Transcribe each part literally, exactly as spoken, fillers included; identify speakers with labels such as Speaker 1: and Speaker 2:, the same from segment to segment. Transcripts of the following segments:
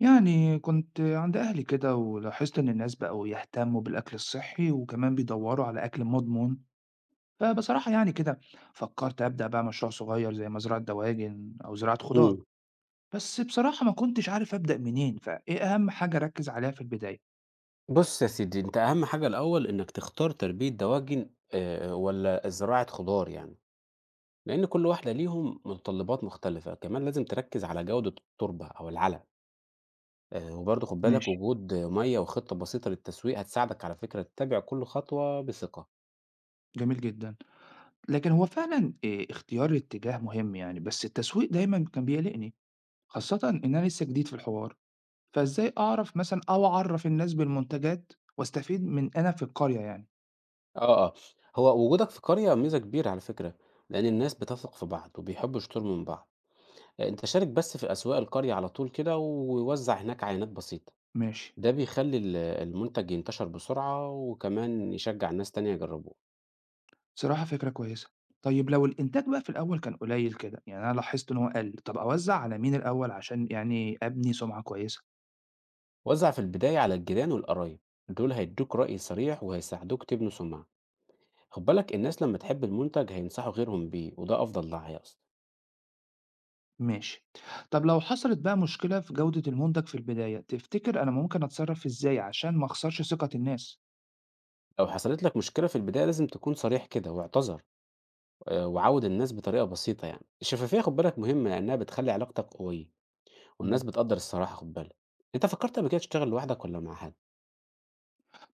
Speaker 1: يعني كنت عند أهلي كده ولاحظت إن الناس بقوا يهتموا بالأكل الصحي وكمان بيدوروا على أكل مضمون. فبصراحة يعني كده فكرت أبدأ بقى مشروع صغير زي مزرعة دواجن أو زراعة خضار.
Speaker 2: إمم.
Speaker 1: بس بصراحة ما كنتش عارف أبدأ منين، فإيه أهم حاجة أركز عليها في البداية؟
Speaker 2: بُص يا سيدي، أنت أهم حاجة الأول إنّك تختار تربية دواجن آآ والّا زراعة خضار يعني، لإن كل واحدة ليهم متطلبات مختلفة، كمان لازم تركّز على جودة التربة أو العلق، آآ وبرضه خُد بالك
Speaker 1: ماشي،
Speaker 2: وجود مَيّة وخطة بسيطة للتسويق هتساعدك على فكرة تتابع كل خطوة بثقة.
Speaker 1: جميل جدا. لكن هو فعلا إيه، اختيار الاتجاه مهم يعني، بس التسويق دايما كان بيقلقني، خاصة إن أنا لسه جديد في الحوار. فإزاي أعرف مثلا أو أعرف الناس بالمنتجات واستفيد من أنا في القرية يعني؟
Speaker 2: آه، آه، هو وجودك في قرية ميزة كبيرة على فكرة، لإن الناس بتثق في بعض وبيحبّوا يشتروا من بعض، آه، أنت شارك بس في أسواق القرية على طول كده ووزّع هناك عينات بسيطة.
Speaker 1: ماشي،
Speaker 2: ده بيخلّي ال المنتج ينتشر بسرعة، وكمان يشجّع ناس تانية يجرّبوه.
Speaker 1: بصراحة فكرة كويسة. طيب لو الإنتاج بقى في الأول كان قليل كده، يعني أنا لاحظت إن هو قَل، طَب أوزّع على مين الأول عشان يعني أبني سمعة كويسة؟
Speaker 2: وزّع في البداية على الجيران والقرايب، دول هيدّوك رأي صريح وهيساعدوك تبنوا سُمعة. خُد بالك الناس لمّا تحب المنتج هينصحوا غيرهم بيه، وده أفضل دعاية أصلًا.
Speaker 1: ماشي. طَب لو حصلت بقى مشكلة في جودة المنتج في البداية، تفتكر أنا ممكن أتصرّف إزاي عشان ما أخسرش ثقة الناس؟
Speaker 2: لو حصلت لك مشكلة في البداية لازم تكون صريح كده واعتذر، آآ وعوّد الناس بطريقة بسيطة يعني. الشفافية خُد بالك مهمة، لإنّها بتخلّي علاقتك قوية، والناس
Speaker 1: إمم.
Speaker 2: بتقدّر الصراحة خُد بالك. أنت فكّرت قبل كده تشتغل لوحدك والّا مع حد؟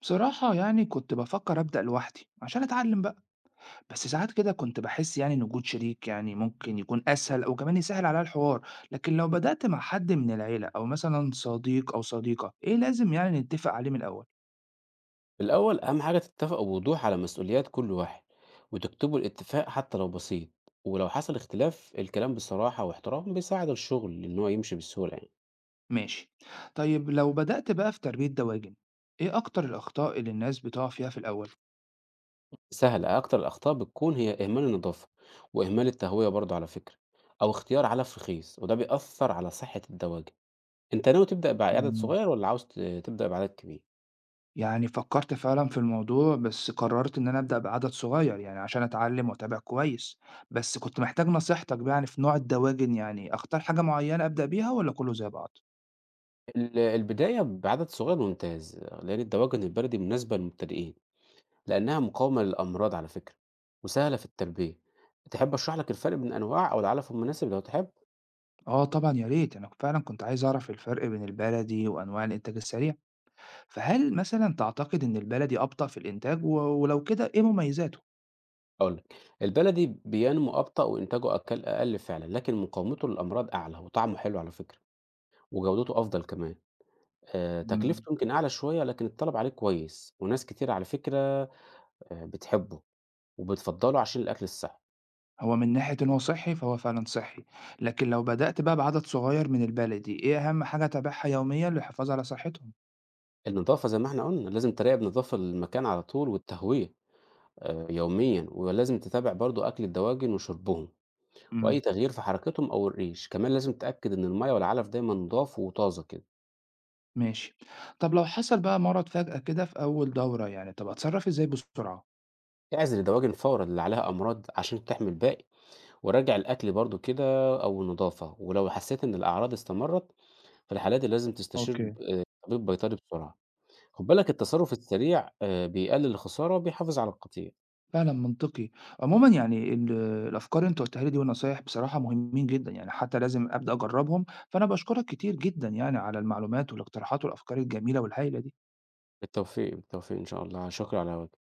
Speaker 1: بصراحة يعني كنت بافكّر أبدأ لوحدي عشان أتعلّم بقى. بس ساعات كده كنت باحس يعني إن وجود شريك يعني ممكن يكون أسهل أو كمان يسهّل عليَّ الحوار، لكن لو بدأت مع حد من العيلة أو مثلًا صديق أو صديقة، إيه لازم يعني نتفق عليه من الأول؟
Speaker 2: في الأول أهم حاجة تتفقوا بوضوح على مسؤوليات كل واحد وتكتبوا الاتفاق حتى لو بسيط، ولو حصل اختلاف الكلام بصراحة واحترام بيساعد الشغل إن هو يمشي بسهولة يعني.
Speaker 1: ماشي، طيب لو بدأت بقى في تربية دواجن، إيه أكتر الأخطاء اللي الناس بتقع فيها في الأول؟
Speaker 2: سهلة، أكتر الأخطاء بتكون هي إهمال النظافة وإهمال التهوية برضه على فكرة، أو اختيار علف رخيص وده بيأثر على صحة الدواجن. أنت ناوي تبدأ بعدد
Speaker 1: إمم.
Speaker 2: صغير ولا عاوز ت- تبدأ بعدد كبير؟
Speaker 1: يعني فكرت فعلًا في الموضوع، بس قررت إن أنا أبدأ بعدد صغير يعني عشان أتعلم وأتابع كويس، بس كنت محتاج نصيحتك بقى يعني في نوع الدواجن، يعني أختار حاجة معينة أبدأ بيها والّا كله زي بعض؟
Speaker 2: ال- البداية بعدد صغير ممتاز، لأن الدواجن البلدي مناسبة للمبتدئين، لأنها مقاومة للأمراض على فكرة، وسهلة في التربية. تحب أشرح لك الفرق بين الأنواع أو العلف المناسب لو تحب؟
Speaker 1: آه طبعًا يا ريت، أنا فعلًا كنت عايز أعرف الفرق بين البلدي وأنواع الإنتاج السريع، فهل مثلًا تعتقد إن البلدي أبطأ في الإنتاج و ولو كده إيه مميزاته؟
Speaker 2: أقول لك، البلدي بينمو أبطأ وإنتاجه أقل أقل فعلًا، لكن مقاومته للأمراض أعلى وطعمه حلو على فكرة، وجودته أفضل كمان. آآ
Speaker 1: إمم،
Speaker 2: تكلفته يمكن أعلى شوية، لكن الطلب عليه كويس، وناس كتير على فكرة آآ بتحبه وبتفضّله عشان الأكل الصحي.
Speaker 1: هو من ناحية إن هو صحّي فهو فعلًا صحّي، لكن لو بدأت بقى بعدد صغير من البلدي، إيه أهم حاجة أتابعها يوميًا للحفاظ على صحتهم؟
Speaker 2: النضافة زي ما إحنا قُلنا، لازم تراقب نضافة المكان على طول والتهوية آآ يوميًا، ولازم تتابع برضه أكل الدواجن وشربهم. وأي
Speaker 1: إمم،
Speaker 2: تغيير في حركتهم أو الريش، كمان لازم تتأكد إن المية والعلف دايما نضاف وطازة كده.
Speaker 1: ماشي. طب لو حصل بقى مرض فجأة كده في أول دورة يعني، طب أتصرّف إزاي بسرعة؟
Speaker 2: اعزل الدواجن فورا اللي عليها أمراض عشان تحمي الباقي، وراجع الأكل برضو كده أو النضافة، ولو حسيت إن الأعراض استمرت في الحالات دي لازم تستشير
Speaker 1: أوكي.
Speaker 2: آه، طبيب بيطري بسرعة. خد بالك التصرف السريع آه، بيقلل الخسارة وبيحافظ على القطيع.
Speaker 1: فعلًا منطقي. عمومًا يعني ال الأفكار اللي أنت قُلتها لي دي والنصايح بصراحة مهمين جدًا، يعني حتى لازم أبدأ أجرّبهم، فأنا باشكرك كتير جدًا يعني على المعلومات والاقتراحات والأفكار الجميلة والهايلة دي.
Speaker 2: بالتوفيق بالتوفيق إن شاء الله، شكرا على وجهك.